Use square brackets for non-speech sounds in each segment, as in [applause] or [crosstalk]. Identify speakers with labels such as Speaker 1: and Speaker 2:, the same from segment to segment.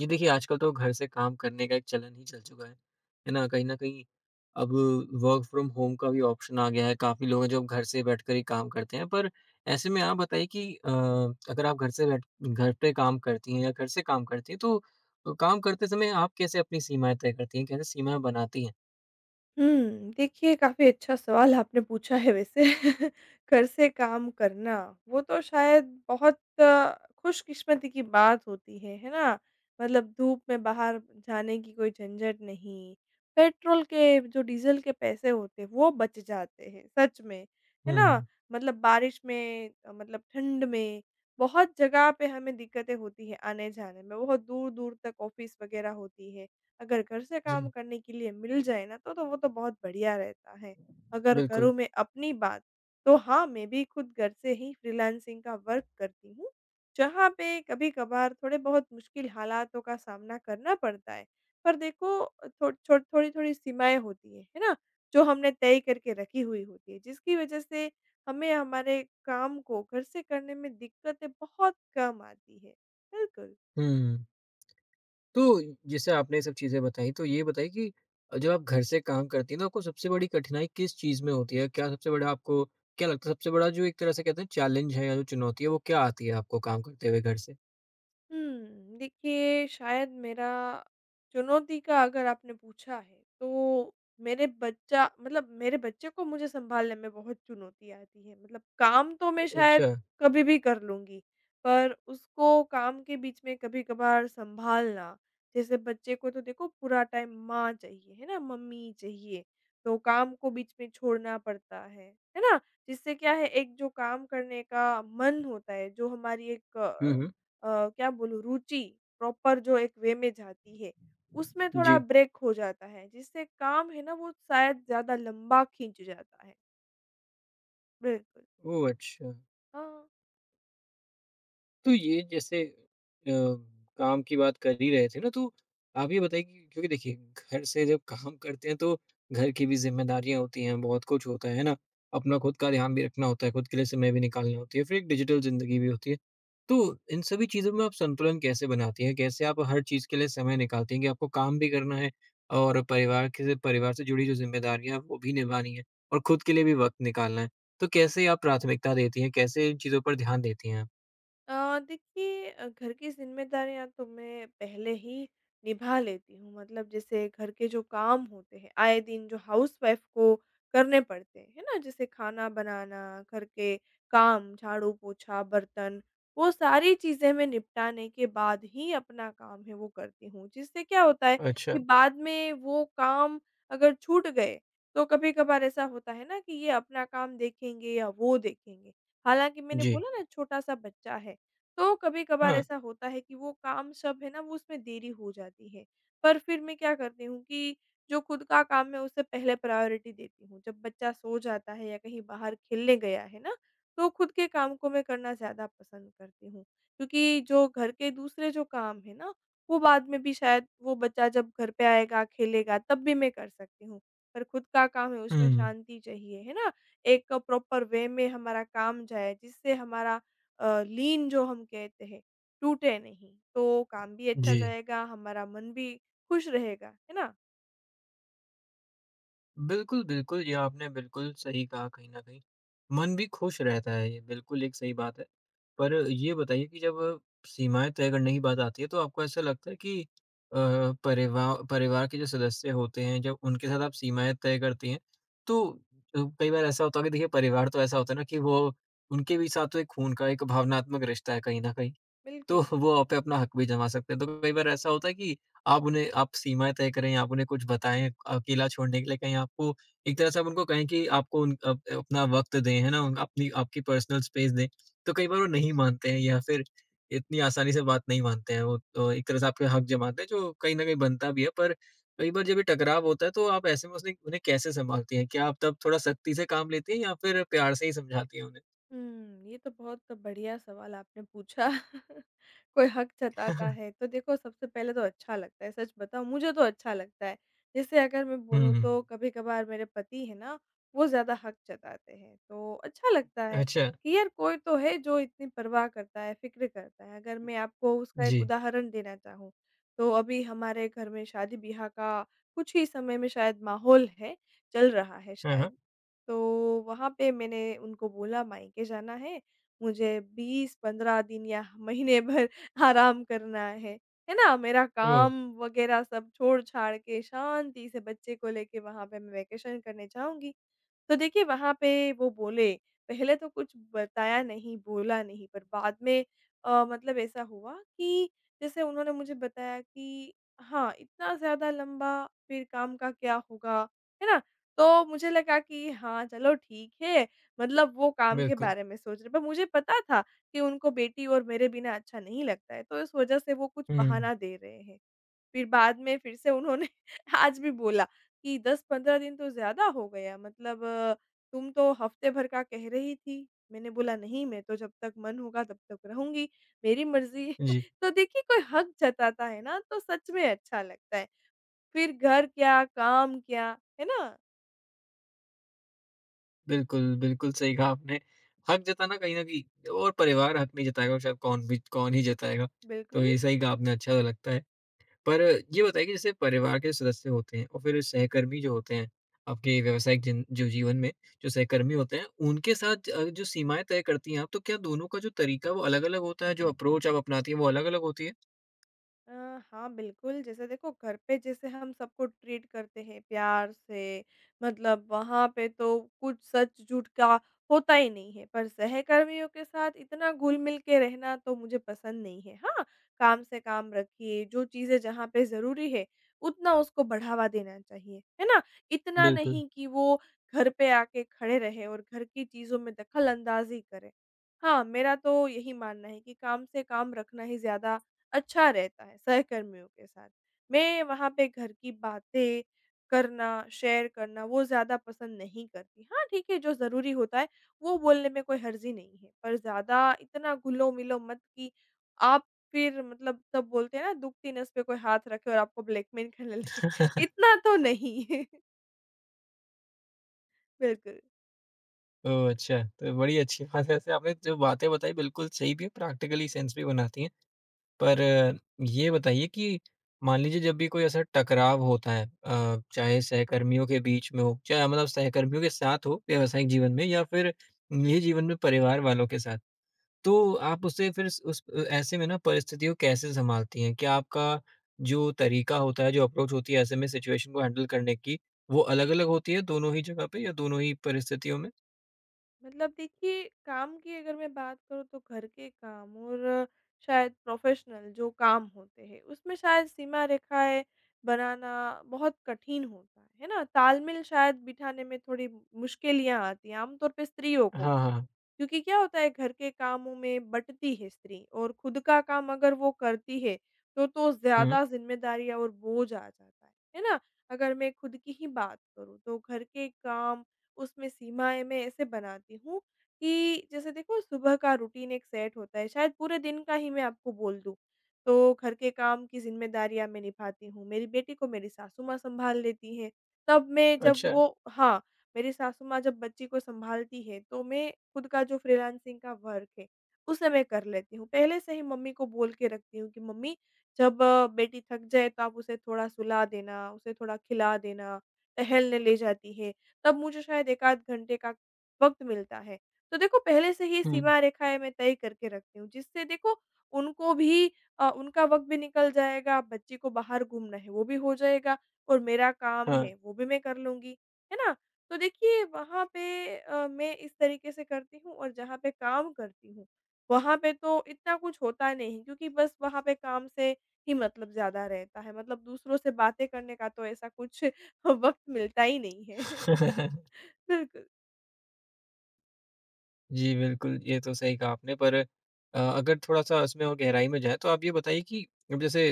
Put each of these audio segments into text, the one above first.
Speaker 1: जी देखिए, आजकल तो घर से काम करने का एक चलन ही चल चुका है ना? कहीं न कहीं अब वर्क फ्रॉम होम का भी ऑप्शन आ गया है, काफ़ी लोग हैं जो अब घर से बैठकर ही काम करते हैं। पर ऐसे में आप बताइए कि अगर आप घर से बैठ घर पे काम करती हैं या घर से काम करती हैं, तो काम करते समय आप कैसे अपनी सीमाएँ तय करती हैं? कैसे सीमाएँ बनाती हैं?
Speaker 2: देखिए काफ़ी अच्छा सवाल आपने पूछा है वैसे। [laughs] घर से काम करना, वो तो शायद बहुत खुशकिस्मती की बात होती है ना? मतलब धूप में बाहर जाने की कोई झंझट नहीं, पेट्रोल के जो डीज़ल के पैसे होते हैं वो बच जाते हैं, सच में, है
Speaker 1: हुँ,
Speaker 2: ना?
Speaker 1: हुँ।
Speaker 2: मतलब बारिश में मतलब ठंड में बहुत जगह पे हमें दिक्कतें होती हैं आने-जाने में, बहुत दूर-दूर तक ऑफ़िस वग़ैरह होती है। अगर घर से काम
Speaker 1: जी।
Speaker 2: करने के लिए मिल जाए ना तो वो तो बहुत बढ़िया रहता है। अगर
Speaker 1: बिल्कुल।
Speaker 2: करूँ मैं अपनी बात, तो हाँ, मैं भी खुद घर से ही फ्रीलांसिंग का वर्क करती हूँ, जहाँ पे कभी-कभार थोड़े बहुत मुश्किल हालातों का सामना करना पड़ता है। पर देखो थो छो थोड़ी-थोड़ी सीमाएँ होती हैं, है ना? जो हमने तय करके रखी हुई होती है, जिसकी वजह से हमें हमारे काम को घर से करने में दिक्कतें बहुत कम आती है। बिल्कुल।
Speaker 1: हुँ। तो जैसे आपने ये सब चीज़ें बताई, तो ये बताइए कि जब आप घर से काम करती हैं तो आपको सबसे बड़ी कठिनाई किस चीज़ में होती है? क्या लगता है सबसे बड़ा जो एक तरह से कहते हैं चैलेंज है या जो चुनौती है वो क्या आती है आपको काम करते हुए घर से?
Speaker 2: देखिए शायद मेरा चुनौती का अगर आपने पूछा है, तो मेरे बच्चा मतलब मेरे बच्चे को मुझे सँभालने में बहुत चुनौती आती है। मतलब काम तो मैं शायद
Speaker 1: अच्छा।
Speaker 2: कभी भी कर लूँगी, पर उसको काम के बीच में कभी-कभार सँभालना, जैसे बच्चे को तो देखो पूरा टाइम माँ चाहिए, है ना? मम्मी चाहिए, तो काम को बीच में छोड़ना पड़ता है ना? जिससे क्या है एक जो काम करने का मन होता है, जो हमारी
Speaker 1: हुँ, हुँ।
Speaker 2: क्या बोलूँ रुचि प्रॉपर जो एक वे में जाती है, उसमें थोड़ा
Speaker 1: जी।
Speaker 2: ब्रेक हो जाता है, जिससे काम है ना वो शायद ज़्यादा लंबा खींच जाता है। बिल्कुल,
Speaker 1: ओह! अच्छा।
Speaker 2: हाँ।
Speaker 1: तो ये जैसे अ, काम की बात कर ही रहे थे ना, तो आप ये बताइए कि क्योंकि देखिए घर से जब काम करते हैं तो घर की भी ज़िम्मेदारियाँ होती हैं, बहुत कुछ होता है ना? अपना खुद का ध्यान भी रखना होता है, खुद के लिए समय भी निकालना होती है, फिर एक डिजिटल ज़िंदगी भी होती है। तो इन सभी चीज़ों में आप संतुलन कैसे बनाती हैं? कैसे आप हर चीज़ के लिए समय निकालती हैं कि आपको काम भी करना है और परिवार से जुड़ी जो ज़िम्मेदारियाँ हैं, वो भी निभानी है और खुद के लिए भी वक़्त निकालना है। तो कैसे आप प्राथमिकता देती हैं? कैसे इन चीज़ों पर ध्यान देती हैं
Speaker 2: देखिए घर की ज़िम्मेदारियाँ तो मैं पहले ही निभा लेती हूँ। मतलब जैसे घर के जो काम होते हैं, आए दिन जो हाउसवाइफ़ को करने पड़ते हैं, है ना? जैसे खाना बनाना, घर के काम, झाड़ू, पोछा, बर्तन, वो सारी चीज़ें मैं निपटाने के बाद ही अपना काम है वो करती हूँ। जिससे क्या होता है कि
Speaker 1: आप?
Speaker 2: बाद में वो काम अगर छूट गए, तो कभी-कभार ऐसा होता है ना कि ये अपना काम देखेंगे या वो देखेंगे। हालाँकि मैंने
Speaker 1: जी,
Speaker 2: बोला ना छोटा-सा बच्चा है। तो कभी-कभार
Speaker 1: हाँ।
Speaker 2: ऐसा होता है कि वो काम सब है ना वो उसमें देरी हो जाती है। पर फिर मैं क्या करती हूँ कि जो खुद का काम है उसे पहले प्रायोरिटी देती हूँ। जब बच्चा सो जाता है या कहीं बाहर खेलने गया है ना, तो खुद के काम को मैं करना ज़्यादा पसंद करती हूँ। क्योंकि जो घर के दूसरे जो काम है ना, वो बाद में भी शायद वो बच्चा जब घर पे आएगा, खेलेगा तब भी मैं कर सकती हूँ। पर खुद का काम है उसमें
Speaker 1: हुँ,
Speaker 2: शांति चाहिए, है ना? एक प्रॉपर वे में हमारा काम जाए जिससे हमारा लीन जो हम कहते हैं, टूटे नहीं। तो काम भी अच्छा
Speaker 1: जी।
Speaker 2: जाएगा, हमारा मन भी खुश रहेगा, है ना?
Speaker 1: बिल्कुल, बिल्कुल, ये आपने बिल्कुल सही कहा कहीं न कहीं। मन भी खुश रहता है, ये बिल्कुल एक सही बात है। पर ये बताइए कि जब सीमाएँ तय करने की बात आती है, तो आपको ऐसा लगता है कि अ, परिवार के जो सदस्य होते हैं, जब उनके साथ आप सीमाएँ तय करती हैं, तो कई बार ऐसा होता है कि देखिए परिवार तो ऐसा होता है ना कि वो उनके भी साथ तो एक खून का एक भावनात्मक रिश्ता है कहीं न कहीं। तो
Speaker 2: बिल्कुल।
Speaker 1: वो आप पे अपना हक भी जमा सकते हैं। तो कई बार ऐसा होता है कि आप सीमाएँ तय करें या आप उन्हें कुछ बताएँ अकेला छोड़ने के लिए कहीं आपको एक तरह से आप उनको कहें कि आपको उन अप अपना वक़्त दें, है ना? अपनी आपकी पर्सनल स्पेस दें। तो कई बार वो नहीं मानते हैं या फिर इतनी आसानी से बात नहीं मानते हैं वो तो एक तरह से आपके हक जमाते हैं जो कहीं न कहीं बनता भी है। पर कई बार जब ये टकराव होता है तो आप ऐसे में उसने उन्हें कैसे सँभालती हैं? क्या आप तब थोड़ा सख्ती से काम लेती हैं या फिर प्यार से ही समझाती हैं उन्हें?
Speaker 2: ये तो बहुत बढ़िया सवाल आपने पूछा। [laughs] कोई हक जताता है,
Speaker 1: [laughs]
Speaker 2: तो देखो सबसे पहले तो अच्छा लगता है, सच बताऊँ मुझे तो अच्छा लगता है। जैसे अगर मैं
Speaker 1: हुँ,
Speaker 2: बोलूँ
Speaker 1: हुँ।
Speaker 2: तो कभी-कभार मेरे पति हैं ना, वो ज़्यादा हक जताते हैं, तो अच्छा लगता है
Speaker 1: अच्छा।
Speaker 2: कि यार कोई तो है जो इतनी परवाह करता है, फ़िक्र करता है। अगर मैं आपको उसका एक
Speaker 1: जी।
Speaker 2: उदाहरण देना चाहूँ, तो अभी हमारे घर में शादी-ब्याह का कुछ ही समय में शायद माहौल है, चल रहा है
Speaker 1: हाँ, हाँ।
Speaker 2: शायद। तो वहाँ पे मैंने उनको बोला मायके जाना है, मुझे 20-15 दिन या महीने भर [laughs] आराम करना है ना? मेरा
Speaker 1: ओह!
Speaker 2: काम वग़ैरह सब छोड़-छाड़ के शांति से बच्चे को लेके वहाँ पे मैं वेकेशन करने जाऊँगी। तो देखिए वहाँ पे वो बोले, पहले तो कुछ बताया नहीं, बोला नहीं पर बाद में मतलब ऐसा हुआ कि जैसे उन्होंने मुझे बताया कि हाँ, इतना ज़्यादा लंबा फिर काम का क्या होगा, है ना? तो मुझे लगा कि हाँ, चलो ठीक है मतलब वो काम के
Speaker 1: बिल्कुल।
Speaker 2: बारे में सोच रहे पर मुझे पता था कि उनको बेटी और मेरे बिना अच्छा नहीं लगता है, तो इस वज़ह से वो कुछ
Speaker 1: हुँ।
Speaker 2: बहाना दे रहे हैं। फिर बाद में फिर से उन्होंने [laughs] आज भी बोला कि 10-15 दिन तो ज़्यादा हो गया मतलब तुम तो हफ्ते भर का कह रही थी। मैंने बोला नहीं मैं तो जब तक मन होगा तब तक रहूँगी, मेरी मर्ज़ी है।
Speaker 1: जी,
Speaker 2: [laughs] तो देखिए कोई हक जताता है ना तो सच में अच्छा लगता है। फिर घर क्या, काम क्या, है ना?
Speaker 1: बिल्कुल, बिल्कुल सही कहा आपने। हक जताना कहीं न कहीं और परिवार हक नहीं जताएगा और शायद कौन भी कौन ही जताएगा। तो
Speaker 2: बिल्कुल।
Speaker 1: ये सही कहा आपने, अच्छा तो लगता है। पर ये बताइए कि जैसे परिवार के सदस्य होते हैं और फिर सहकर्मी जो होते हैं, आपके व्यावसायिक जिन जो जीवन में जो सहकर्मी होते हैं, उनके साथ जो सीमाएँ तय करती हैं आप, तो क्या दोनों का जो तरीका वो अलग-अलग होता है? जो अप्रोच आप अपनाती हैं, वो अलग-अलग होती है?
Speaker 2: अ, हाँ, बिल्कुल, जैसे देखो घर पे जैसे हम सबको ट्रीट करते हैं प्यार से, मतलब वहाँ पे तो कुछ सच-झूठ का होता ही नहीं है, पर सहकर्मियों के साथ इतना घुल-मिल के रहना तो मुझे पसंद नहीं है। हाँ, काम से काम रखिए, जो चीज़ें जहाँ पे ज़रूरी है, उतना उसको बढ़ावा देना चाहिए, है ना? इतना
Speaker 1: बिल्कुल।
Speaker 2: नहीं कि वो घर पे आके खड़े रहें और घर की चीज़ों में दखल अंदाज़ी करें। हाँ, मेरा तो यही मानना है कि काम से काम रखना ही ज़्यादा अच्छा रहता है सहकर्मियों के साथ। मैं वहाँ पे घर की बातें करना, शेयर करना वो ज़्यादा पसंद नहीं करती। हाँ, ठीक है जो ज़रूरी होता है वो बोलने में कोई हर्ज़ी नहीं है, पर ज़्यादा इतना घुलो-मिलो मत कि आप फिर मतलब तब बोलते हैं ना दुखती नस पे कोई हाथ रखे और आपको ब्लैकमेल करने लगे, [laughs]
Speaker 1: [laughs]
Speaker 2: इतना तो नहीं। [laughs] बिल्कुल।
Speaker 1: ओह! अच्छा, तो बड़ी अच्छी बात है। वैसे आपने जो बातें बताई, बिल्कुल सही भी है, प्रैक्टिकली सेंस भी बनाती हैं। पर ये बताइए कि मान लीजिए जब भी कोई ऐसा टकराव होता है चाहे सहकर्मियों के बीच में हो, चाहे मतलब सहकर्मियों के साथ हो व्यावसायिक जीवन में या फिर निजी जीवन में परिवार वालों के साथ, तो आप उसे फिर स उस ऐसे में ना परिस्थितियों को कैसे सँभालती हैं? क्या आपका जो तरीका होता है, जो अप्रोच होती है ऐसे में सिचुएशन को हैंडल करने की, वो अलग-अलग होती है दोनों ही जगह पे या दोनों ही परिस्थितियों में?
Speaker 2: मतलब देखिए, काम की अगर मैं बात करूँ तो घर के काम और शायद प्रोफ़ेशनल जो काम होते हैं, उसमें शायद सीमा रेखाएँ बनाना बहुत कठिन होता है ना? तालमेल शायद बिठाने में थोड़ी मुश्किलियाँ आती हैं, आमतौर पे स्त्रियों को।
Speaker 1: हाँ, हाँ।
Speaker 2: क्योंकि क्या होता है घर के कामों में बँटती है स्त्री और खुद का काम अगर वो करती है, तो
Speaker 1: हुँ।
Speaker 2: ज़्यादा ज़िम्मेदारी और बोझ आ जाता है ना? अगर मैं खुद की ही बात करूँ तो घर के काम उसमें सीमाएँ मैं ऐसे बनाती हूँ कि जैसे देखो सुबह का रूटीन एक सेट होता है, शायद पूरे दिन का ही मैं आपको बोल दूँ, तो घर के काम की ज़िम्मेदारियाँ मैं निभाती हूँ, मेरी बेटी को मेरी सासु माँ सँभाल लेती हैं। तब मैं जब
Speaker 1: अच्छा।
Speaker 2: वो हाँ। मेरी सासू माँ जब बच्ची को सँभालती है, तो मैं खुद का जो फ्रीलांसिंग का वर्क है, उसे मैं कर लेती हूँ। पहले से ही मम्मी को बोल के रखती हूँ कि मम्मी जब बेटी थक जाए तो आप उसे थोड़ा सुला देना, उसे थोड़ा खिला देना, टहलने ले जाती है, तब मुझे शायद 1 आध घंटे का वक़्त मिलता है। तो देखो पहले से ही
Speaker 1: हुँ।
Speaker 2: सीमा रेखाएँ मैं तय करके रखती हूँ, जिससे देखो उनको भी उनका वक़्त भी निकल जाएगा, बच्ची को बाहर घूमना है वो भी हो जाएगा और मेरा काम है
Speaker 1: हाँ।
Speaker 2: वो भी मैं कर लूँगी, है ना? तो देखिए वहाँ पे मैं इस तरीके से करती हूँ और जहाँ पे काम करती हूँ, वहाँ पे तो इतना कुछ होता नहीं क्योंकि बस वहाँ पे काम से ही मतलब ज़्यादा रहता है। मतलब दूसरों से बातें करने का तो ऐसा कुछ [laughs] वक़्त मिलता ही नहीं है।
Speaker 1: [laughs]
Speaker 2: [laughs] बिल्कुल,
Speaker 1: जी, बिल्कुल, ये तो सही कहा आपने पर अगर थोड़ा-सा इसमें और गहराई में जाएँ तो आप ये बताइए कि अब जैसे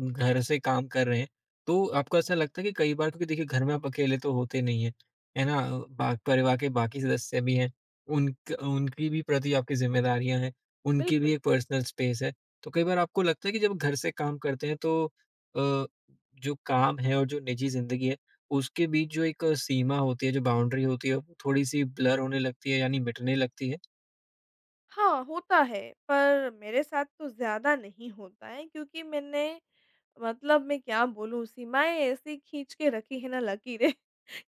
Speaker 1: घर से काम कर रहे हैं, तो आपको ऐसा लगता है कि कई बार क्योंकि देखिए घर में आप अकेले तो होते नहीं हैं, है ना? बा परिवार के बाकी सदस्य भी हैं, उनकी भी प्रति आपकी ज़िम्मेदारियाँ हैं, उनकी भी
Speaker 2: बिल्कुल।
Speaker 1: एक पर्सनल स्पेस है। तो कई बार आपको लगता है कि जब घर से काम करते हैं तो अ, जो काम है और जो निजी ज़िंदगी है, उसके बीच जो एक सीमा होती है, जो बाउंड्री होती है, वो थोड़ी-सी ब्लर होने लगती है यानी मिटने लगती है?
Speaker 2: हाँ, होता है पर मेरे साथ तो ज़्यादा नहीं होता है क्योंकि मैंने मतलब मैं क्या बोलूँ सीमाएँ ऐसी खींच के रखी है ना लकीरें।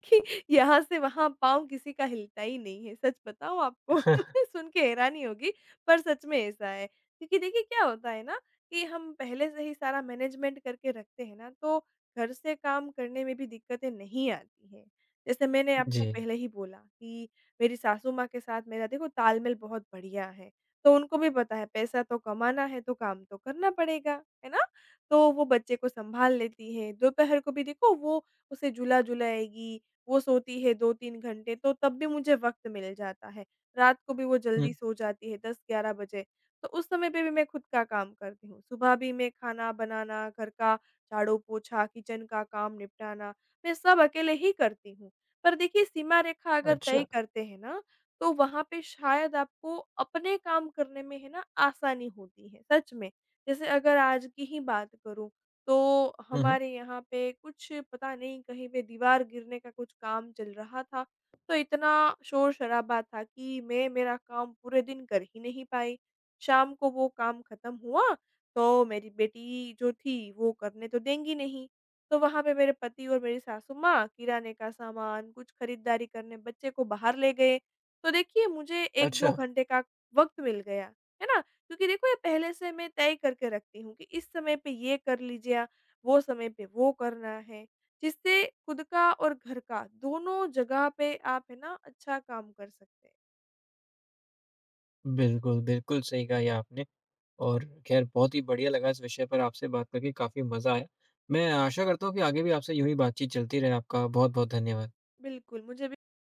Speaker 2: कि यहाँ से वहाँ पाँव किसी का हिलता ही नहीं है, सच बताऊँ आपको? [laughs]
Speaker 1: [laughs]
Speaker 2: सुन के हैरानी होगी, पर सच में ऐसा है। क्योंकि देखिए क्या होता है ना कि हम पहले से ही सारा मैनेजमेंट करके रखते हैं ना, तो घर से काम करने में भी दिक्कतें नहीं आती हैं। जैसे मैंने आपको
Speaker 1: जी।
Speaker 2: पहले ही बोला कि मेरी सासू माँ के साथ मेरा देखो तालमेल बहुत बढ़िया है, तो उनको भी पता है पैसा तो कमाना है, तो काम तो करना पड़ेगा, है ना? तो वो बच्चे को सँभाल लेती हैं, दोपहर को भी देखो वो उसे झूला-झुलाएगी, वो सोती है 2-3 घंटे, तो तब भी मुझे वक़्त मिल जाता है। रात को भी वो
Speaker 1: हुँ,
Speaker 2: जल्दी सो जाती है 10-11 बजे, तो उस समय पे भी मैं खुद का काम करती हूँ। सुबह भी मैं खाना बनाना, घर का झाड़ू-पोछा, किचन का काम निपटाना, मैं सब अकेले ही करती हूँ। पर देखिए सीमा रेखा अगर तय
Speaker 1: अच्छा।
Speaker 2: करते हैं ना, तो वहाँ पे शायद आपको अपने काम करने में है ना आसानी होती है, सच में। जैसे अगर आज की ही बात करूँ, तो
Speaker 1: हुँ, हुँ।
Speaker 2: हमारे यहाँ पे कुछ पता नहीं कहीं पे दीवार गिरने का कुछ काम चल रहा था। तो इतना शोर-शराबा था कि मैं मेरा काम पूरे दिन कर ही नहीं पाई। शाम को वो काम ख़त्म हुआ, तो मेरी बेटी जो थी वो करने तो देंगी नहीं। तो वहाँ पे मेरे पति और मेरी सासू माँ किराने का सामान, कुछ खरीदारी करने बच्चे को बाहर ले गए। तो देखिए मुझे 1-2
Speaker 1: अच्छा,
Speaker 2: घंटे का वक़्त मिल गया। है ना? क्योंकि देखो ये पहले से मैं तय करके रखती हूँ कि इस समय पे ये कर लीजिए या वो समय पे वो करना है, जिससे खुद का और घर का दोनों जगह पे आप है ना अच्छा काम कर सकते हैं।
Speaker 1: बिल्कुल, बिल्कुल सही कहा ये आपने और ख़ैर बहुत ही बढ़िया लगा इस विषय पर आपसे बात करके काफ़ी मज़ा आया। मैं आशा करता हूँ कि आगे भी आपसे यूँ ही बातचीत चलती रहे। आपका बहुत-बहुत धन्यवाद।
Speaker 2: बिल्कुल, मुझे भी